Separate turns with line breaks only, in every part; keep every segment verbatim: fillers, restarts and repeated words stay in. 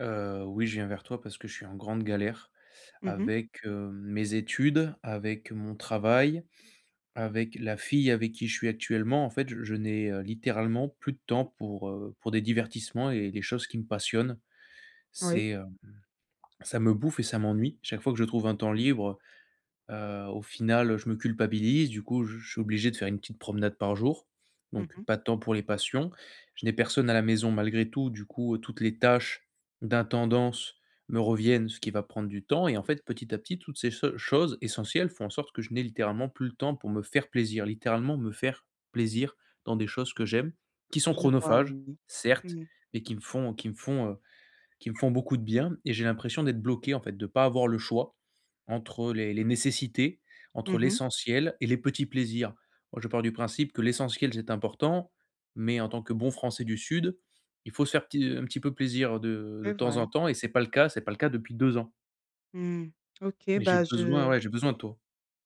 Heu, oui, je viens vers toi parce que je suis en grande galère
Mmh mh.
avec, heu, mes études, avec mon travail, avec la fille avec qui je suis actuellement. En fait, je je n'ai, heu, littéralement plus de temps pour, heu, pour des divertissements et les choses qui me passionnent.
Oui.
C'est, heu, Ça me bouffe et ça m'ennuie. Chaque fois que je trouve un temps libre, Heu, au final, je me culpabilise, du coup, je je suis obligé de faire une petite promenade par jour,
Mmh
donc
mh.
pas de temps pour les passions. Je n'ai personne à la maison malgré tout, du coup, toutes les tâches d'intendance me reviennent, ce qui va prendre du temps et en fait, petit à petit, toutes ces cho choses essentielles font en sorte que je n'ai littéralement plus le temps pour me faire plaisir. Littéralement me faire plaisir dans des choses que j'aime, qui sont
Je vois,
chronophages,
oui.
certes,
Mmh.
mais qui me font qui me font, heu, qui me font beaucoup de bien et j'ai l'impression d'être bloqué en fait, de pas avoir le choix entre les les nécessités, entre
Mmh mh.
l'essentiel et les petits plaisirs. Moi, je pars du principe que l'essentiel, c'est important, mais en tant que bon Français du Sud, il faut se faire petit un petit peu plaisir de de
C'est
temps en
vrai.
temps et c'est pas le cas, c'est pas le cas depuis deux ans.
Mmh. OK,
Mais j'ai
bah,
besoin,
je
ouais, j'ai besoin de toi.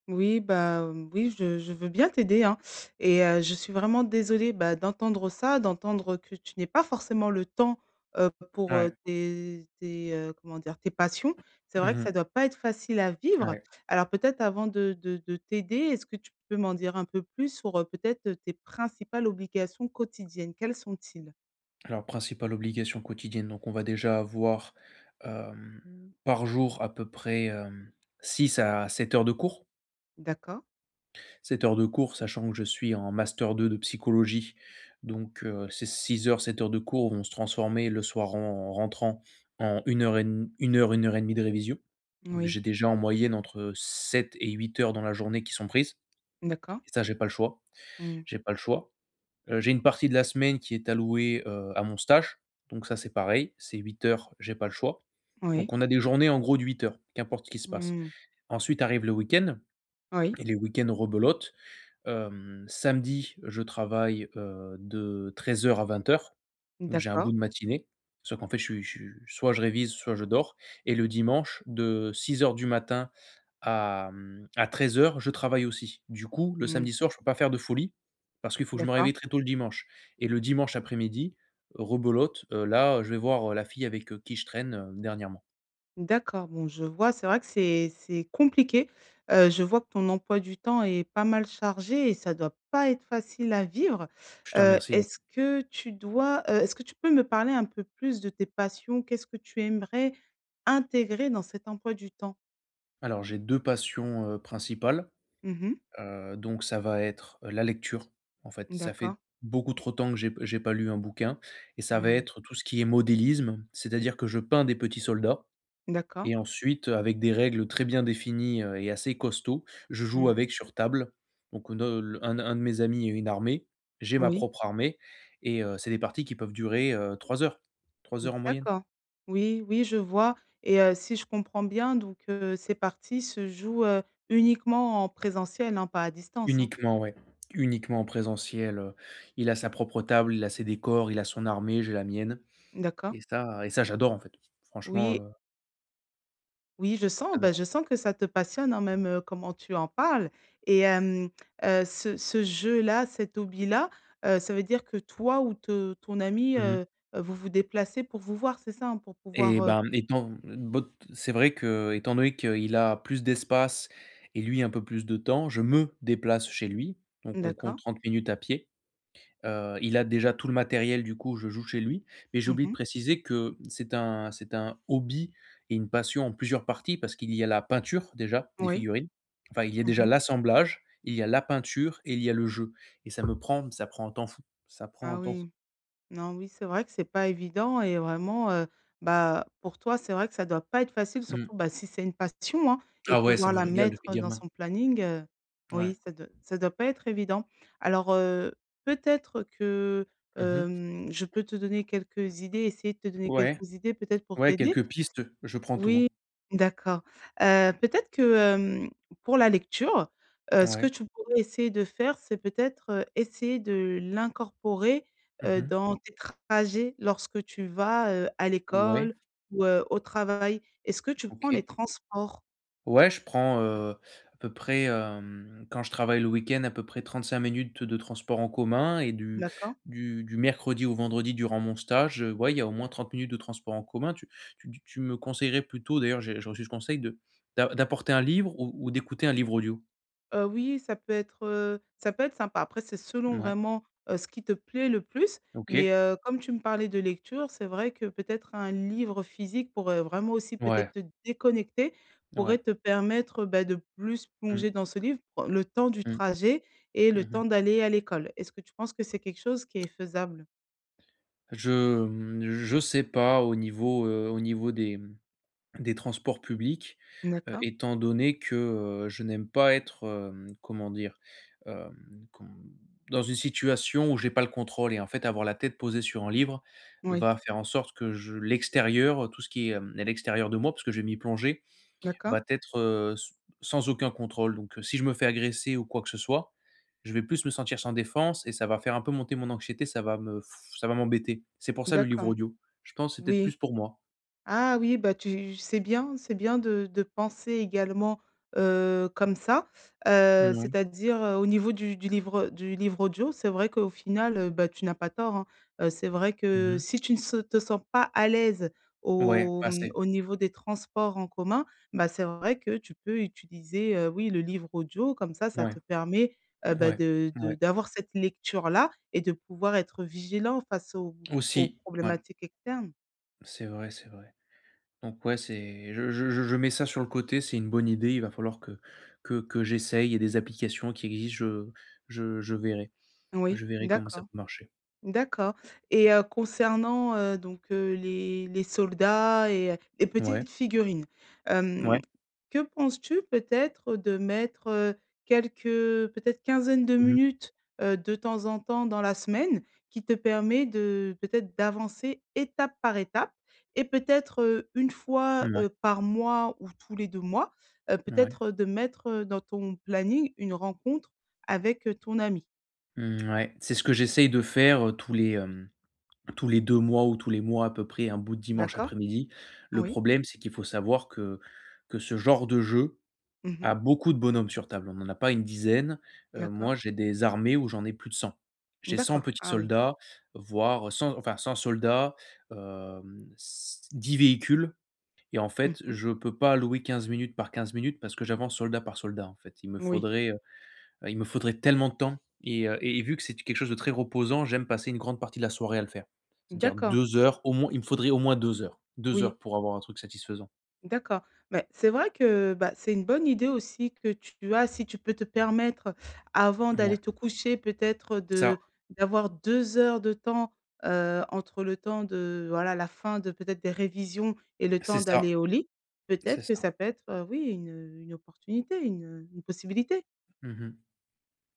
oui, bah, mmh, oui, je je veux bien t'aider, hein, et heu, je suis vraiment désolée, bah, d'entendre ça, d'entendre que tu n'aies pas forcément le temps, heu, pour, heu,
Ouais.
tes tes, heu, comment dire? Tes passions. C'est vrai que ça
Mmh.
doit pas être facile à vivre.
Ouais.
Alors peut-être avant de de de t'aider, est-ce que tu peux m'en dire un peu plus sur, heu, peut-être, heu, tes principales obligations quotidiennes? Quelles sont-ils?
Alors principale obligation quotidienne, donc on va déjà avoir, hem, par jour à peu près, six à sept heures de cours.
D'accord.
Sept heures de cours, sachant que je suis en master deux de psychologie, donc heu, ces six heures, sept heures de cours vont se transformer le soir en en rentrant en une heure et dem 1 heure, une heure et demie de révision. Donc
Oui.
j'ai déjà en moyenne entre sept et huit heures dans la journée qui sont prises
D'accord.
et ça, j'ai pas le choix,
Mmh.
j'ai pas le choix. Heu, j'ai une partie de la semaine qui est allouée, heu, à mon stage, donc ça, c'est pareil, c'est huit heures, j'ai pas le choix.
Oui.
Donc on a des journées en gros de huit heures, qu'importe ce qui se passe.
Mmh.
Ensuite arrive le week-end
Oui.
et les week-ends rebelote. Hem, samedi, je travaille, heu, de treize heures à vingt heures, donc j'ai un bout
D'accord.
de matinée. Sauf qu'en fait, je suis je suis soit je révise, soit je dors et le dimanche, de six heures du matin à, mmh, à treize heures, je travaille aussi. Du coup, le
Mmh.
samedi soir, je ne peux pas faire de folie parce qu'il faut que je me
D'accord.
réveille très tôt le dimanche et le dimanche après-midi, rebolote. Heu, là, je vais voir, heu, la fille avec, heu, qui je traîne, heu, dernièrement.
D'accord, bon, je vois, c'est vrai que c'est c'est compliqué. Heu, je vois que ton emploi du temps est pas mal chargé et ça doit pas être facile à vivre.
Je te
Heu,
remercie.
est-ce que tu dois, heu, est-ce que tu peux me parler un peu plus de tes passions? Qu'est-ce que tu aimerais intégrer dans cet emploi du temps?
Alors j'ai deux passions, heu, principales.
Mmh.
Heu, donc ça va être, la lecture, en fait. Ça fait
D'accord.
beaucoup trop de temps que j'ai j'ai pas lu un bouquin et ça va
Mmh.
être tout ce qui est modélisme, c'est-à-dire que je peins des petits soldats
D'accord.
et ensuite, avec des règles très bien définies, heu et assez costauds, je joue
Mmh.
avec sur table. Donc ne le un un de mes amis a une armée, j'ai ma
Oui.
propre armée et heu, c'est des parties qui peuvent durer, heu, 3 heures. Trois
Mmh,
heures en moyenne.
d'accord. Oui, oui, je vois et heu, si je comprends bien donc heu, ces parties se jouent, heu, uniquement en présentiel, hein, pas à distance, hein?
Uniquement, ouais, uniquement en présentiel, heu, il a sa propre table, il a ses décors, il a son armée, j'ai la mienne.
D'accord.
Et ça et ça j'adore en fait, franchement,
Oui,
heu,
oui, je sens, ben,
j'adore.
je sens que ça te passionne, hein, même, heu, comment tu en parles et hem, heu, ce ce jeu-là, cet hobby-là, heu, ça veut dire que toi ou te ton ami,
Mmh mh.
heu, heu, vous vous déplacez pour vous voir, c'est ça, hein? Pour
Et
pouvoir. heu
ben, étant bot c'est vrai qu'étant donné qu'il a plus d'espace et lui un peu plus de temps, je me déplace chez lui, donc on compte
d'accord.
trente minutes à pied. Heu, il a déjà tout le matériel du coup je joue chez lui, mais j'ai oublié de
Mmh.
préciser que c'est un c'est un hobby et une passion en plusieurs parties parce qu'il y a la peinture déjà des
Oui.
figurines, enfin il y a déjà
Mmh.
l'assemblage, il y a la peinture et il y a le jeu et ça me prend ça prend un temps fou, ça prend un
Ah
temps fou.
oui. Non, oui, c'est vrai que c'est pas évident et vraiment, heu, bah, pour toi, c'est vrai que ça doit pas être facile, surtout,
Mmh.
bah, si c'est une passion, hein, et
Ah ouais, ça
pouvoir
me
la
régale depuis
mettre, dans
gamin.
son planning, heu,
Ouais.
oui, ça doit ça doit pas être évident. Alors, heu, peut-être que,
Mmh mh.
hem, je peux te donner quelques idées, essayer de te donner
Ouais,
quelques idées peut-être pour
ouais,
t'aider.
quelques pistes, je prends tout,
Oui,
hein.
d'accord. Heu, peut-être que, hem, pour la lecture, heu, ce que
Ouais.
tu pourrais essayer de faire, c'est peut-être, heu, essayer de l'incorporer,
Mmh
heu,
mh.
dans tes trajets lorsque tu vas, heu, à
Ouais,
l'école ou, heu, au travail. Est-ce que tu prends
OK.
les transports?
Ouais, je prends, heu, à peu près, hem, quand je travaille le week-end, à peu près trente-cinq minutes de transport en commun et du
D'accord?
du du mercredi au vendredi durant mon stage, heu, ouais, il y a au moins trente minutes de transport en commun. Tu tu tu tu me conseillerais plutôt d'ailleurs, j'ai j'ai reçu ce conseil de d'a d'apporter un livre ou ou d'écouter un livre audio?
Heu, oui, ça peut être, heu, ça peut être sympa. Après, c'est selon
Mouais.
vraiment, heu, ce qui te plaît le plus. Mais,
OK.
heu, comme tu me parlais de lecture, c'est vrai que peut-être un livre physique pourrait vraiment aussi
Ouais,
peut-être te déconnecter,
ouais.
pourrait te permettre, bah, de plus
Mmh.
plonger dans ce livre pour le temps du
Mmh.
trajet et
Mmh
le
mh.
temps d'aller à l'école. Est-ce que tu penses que c'est quelque chose qui est faisable?
Je, mmh, je sais pas au niveau, heu, au niveau des, mmh, des transports publics, heu,
D'accord.
étant donné que, heu, je n'aime pas être, hem, comment dire? Hem, com Dans une situation où j'ai pas le contrôle et en fait avoir la tête posée sur un livre
Oui.
va faire en sorte que je l'extérieur, tout ce qui est, hem, à l'extérieur de moi, parce que je vais m'y plonger,
D'accord.
va être, heu, s sans aucun contrôle. Donc, heu, si je me fais agresser ou quoi que ce soit, je vais plus me sentir sans défense et ça va faire un peu monter mon anxiété, ça va me f- ça va m'embêter. C'est pour ça le livre
D'accord.
audio. Je pense que c'est peut-être plus
Oui.
pour moi.
Ah oui, bah, tu c'est bien, c'est bien de de penser également, heu, comme ça, heu,
Mouais.
c'est-à-dire, heu, au niveau du du livre du livre audio, c'est vrai qu'au final, heu, bah, tu n'as pas tort, hein. Heu, c'est vrai que
Mmh.
si tu ne se te sens pas à l'aise
Ouais,
au,
pas
mmh,
assez.
au niveau des transports en commun, bah, c'est vrai que tu peux utiliser, heu, oui, le livre audio comme ça, ça
Ouais,
te permet, heu, bah,
ouais,
de de
ouais.
d'avoir cette lecture-là et de pouvoir être vigilant face aux aux
Aussi, ouais,
problématiques externes.
c'est vrai, c'est vrai. Donc ouais, c'est je je je je mets ça sur le côté, c'est une bonne idée, il va falloir que que que j'essaye. Il y a des applications qui existent, je je je verrai.
Oui,
Je verrai comment ça
d'accord.
peut marcher.
D'accord et heu, concernant, heu, donc heu, les les soldats et heu, les
Ouais,
petites figurines, hem,
ouais.
que penses-tu peut-être de mettre, heu, quelques peut-être quinzaine de
Mmh mh.
minutes, heu, de temps en temps dans la semaine qui te permet de peut-être d'avancer étape par étape et peut-être, heu, une fois, heu, par mois ou tous les deux mois, heu,
Ouais.
peut-être, heu, de mettre, heu, dans ton planning une rencontre avec, heu, ton ami.
Mmh, ouais, c'est ce que j'essaye de faire, heu, tous les, hem, tous les deux mois ou tous les mois à peu près, un bout de dimanche
D'accord?
après-midi. Le
Oui.
problème, c'est qu'il faut savoir que que ce genre de jeu
Mmh.
a beaucoup de bonhommes sur table. On n'en a pas une dizaine, heu, moi,
D'accord.
j'ai des armées où j'en ai plus de cent. J'ai cent
D'accord,
petits
ah oui.
soldats, voire cent, enfin cent soldats, hem, s dix véhicules et en fait,
Mmh.
je peux pas allouer quinze minutes par quinze minutes parce que j'avance soldat par soldat, en fait. Il me
Oui,
faudrait, Heu, il me faudrait tellement de temps et heu et et vu que c'est quelque chose de très reposant, j'aime passer une grande partie de la soirée à le faire. C'est-à-dire
d'accord,
deux heures au moins, il me faudrait au moins deux heures. deux
oui,
heures pour avoir un truc satisfaisant.
d'accord. Mais c'est vrai que, bah, c'est une bonne idée aussi que tu as, si tu peux te permettre, avant
Ouais,
d'aller te coucher, peut-être
c'est ça,
de d'avoir deux heures de temps, heu, entre le temps de voilà, la fin de peut-être des révisions et le
c'est
temps
ça,
d'aller au lit.
c'est
Peut-être
ça.
que ça peut être, heu, oui, une, une opportunité, une, une possibilité.
Mmh mh.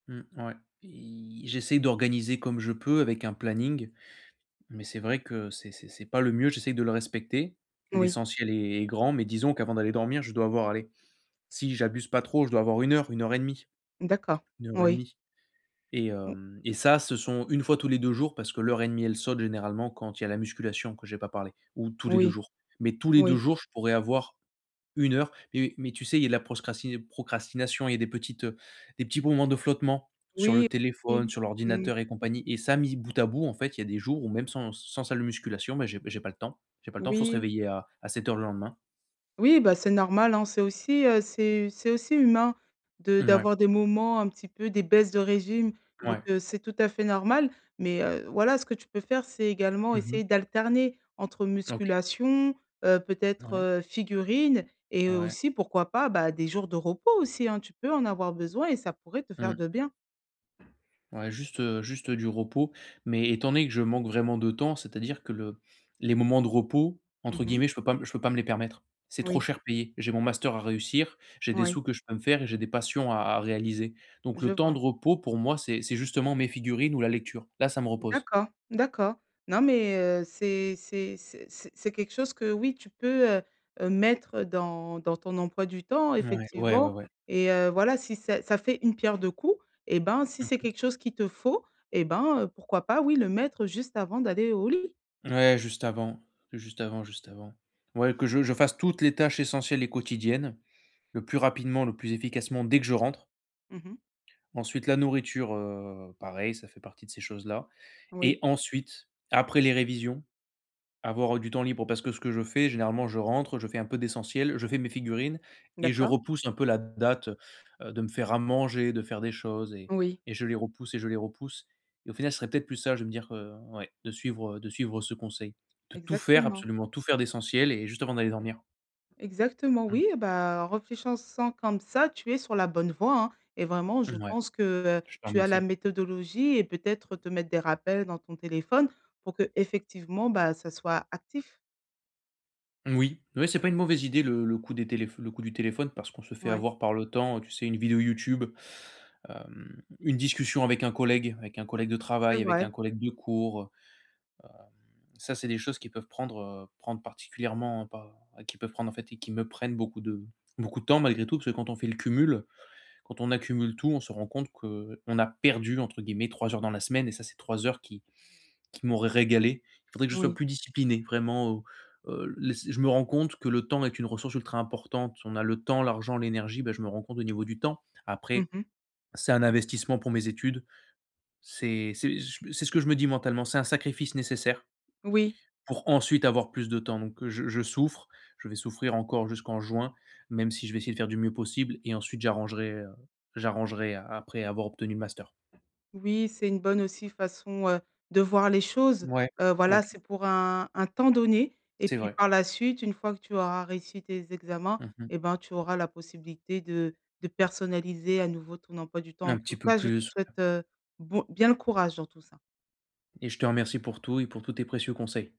Mmh, ouais. I J'essaye d'organiser comme je peux avec un planning, mais c'est vrai que c'est c'est c'est pas le mieux, j'essaye de le respecter.
Oui,
L'essentiel est est grand, mais disons qu'avant d'aller dormir, je dois avoir, allez, si j'abuse pas trop, je dois avoir une heure, une heure et demie,
d'accord,
une heure et
oui,
demie. Et
mmh,
hem et ça, ce sont une fois tous les deux jours parce que l'heure et demie, elle saute généralement quand il y a la musculation que j'ai pas parlé ou tous les deux
oui,
jours. Mais tous les deux
oui,
jours, je pourrais avoir une heure. Mais mais tu sais, il y a de la proscrasti procrastination, il y a des petites, heu, des petits moments de flottement sur le
oui,
téléphone,
oui,
sur
mmh,
l'ordinateur et compagnie et ça, mis bout à bout, en fait, il y a des jours où même sans sans salle de musculation, ben j'ai j'ai pas le temps. J'ai pas le temps, faut se
oui.
réveiller à à sept heures le lendemain.
Oui, bah, c'est normal, hein, c'est aussi, heu, c'est c'est aussi humain de
Ouais,
d'avoir des moments un petit peu des baisses de régime, donc
ouais.
heu, c'est tout à fait normal, mais heu, voilà, ce que tu peux faire, c'est également
Mmh.
essayer d'alterner entre
OK.
musculation, heu, peut-être,
Ouais,
heu, figurines et
ouais.
aussi, pourquoi pas, bah, des jours de repos aussi, hein. Tu peux en avoir besoin et ça pourrait te faire
Mmh.
de bien.
Ouais, juste, heu, juste du repos, mais étant donné que je manque vraiment de temps, c'est-à-dire que le les «moments de repos» entre
Mmh.
guillemets, je peux pas m- je peux pas me les permettre. C'est trop
Oui,
cher payé. J'ai mon master à réussir, j'ai des
oui,
sous que je peux me faire et j'ai des passions à à réaliser. Donc
je
le temps de
vois.
repos pour moi, c'est c'est justement mes figurines ou la lecture. Là, ça me repose.
D'accord, d'accord. Non, mais heu, c'est c'est c'est c'est c'est quelque chose que oui, tu peux, heu heu, mettre dans dans ton emploi du temps
Ouais, ouais, ouais,
effectivement
ouais.
et heu, voilà, si ça ça fait une pierre deux coups et ben, si c'est
Mmh.
quelque chose qu'il te faut et ben, heu, pourquoi pas, oui, le mettre juste avant d'aller au lit.
Ouais, juste avant, juste avant, juste avant. Ouais, que je je fasse toutes les tâches essentielles et quotidiennes, le plus rapidement, le plus efficacement dès que je rentre.
Mmh.
Ensuite, la nourriture, heu, pareil, ça fait partie de ces choses-là et
Oui,
ensuite, après les révisions, avoir, du temps libre parce que ce que je fais, généralement, je rentre, je fais un peu d'essentiel, je fais mes figurines et je
d'accord.
repousse un peu la date, heu, de me faire à manger, de faire des choses et
Oui,
et je les repousse et je les repousse et au final, ce serait peut-être plus sage de me dire, heu, ouais, de suivre, de suivre ce conseil. De tout faire,
exactement.
absolument tout faire d'essentiel et juste avant d'aller dormir.
Exactement,
Mmh.
oui, bah, en réfléchissant comme ça, tu es sur la bonne voie, hein, et vraiment, je
Ouais,
pense que, heu,
je te
tu as la
remercie.
méthodologie et peut-être te mettre des rappels dans ton téléphone pour que effectivement, bah, ça soit actif.
Oui, oui, c'est pas une mauvaise idée le le coup des téléf le coup du téléphone parce qu'on se fait
Ouais,
avoir par le temps, tu sais, une vidéo YouTube, hem, une discussion avec un collègue, avec un collègue de
c'est
travail, avec
vrai,
un collègue de cours. Ça, c'est des choses qui peuvent prendre, heu, prendre particulièrement pas qui peuvent prendre en fait et qui me prennent beaucoup de beaucoup de temps malgré tout, parce que quand on fait le cumul, quand on accumule tout, on se rend compte que on a «perdu» entre guillemets trois heures dans la semaine et ça, c'est trois heures qui qui m'aurait régalé. Il faudrait que je sois
oui.
plus discipliné vraiment, heu heu, les je me rends compte que le temps est une ressource ultra importante. On a le temps, l'argent, l'énergie, ben je me rends compte au niveau du temps. Après,
Mmh.
c'est un investissement pour mes études. C'est c'est je c'est ce que je me dis mentalement. C'est un sacrifice nécessaire
Oui.
pour ensuite avoir plus de temps. Donc, je je souffre, je vais souffrir encore jusqu'en juin, même si je vais essayer de faire du mieux possible et ensuite j'arrangerai, heu, j'arrangerai après avoir obtenu le master.
Oui, c'est une bonne aussi façon, heu, de voir les choses.
Ouais,
Heu, voilà,
OK,
c'est pour un un temps donné et
c'est
puis
vrai.
par la suite, une fois que tu auras réussi tes examens
Mmh.
et ben, tu auras la possibilité de de personnaliser à nouveau ton emploi du temps. En
Un petit
tout
peu
cas, je te
plus.
souhaite, heu, bon bien le courage dans tout ça.
Et je te remercie pour tout et pour tous tes précieux conseils.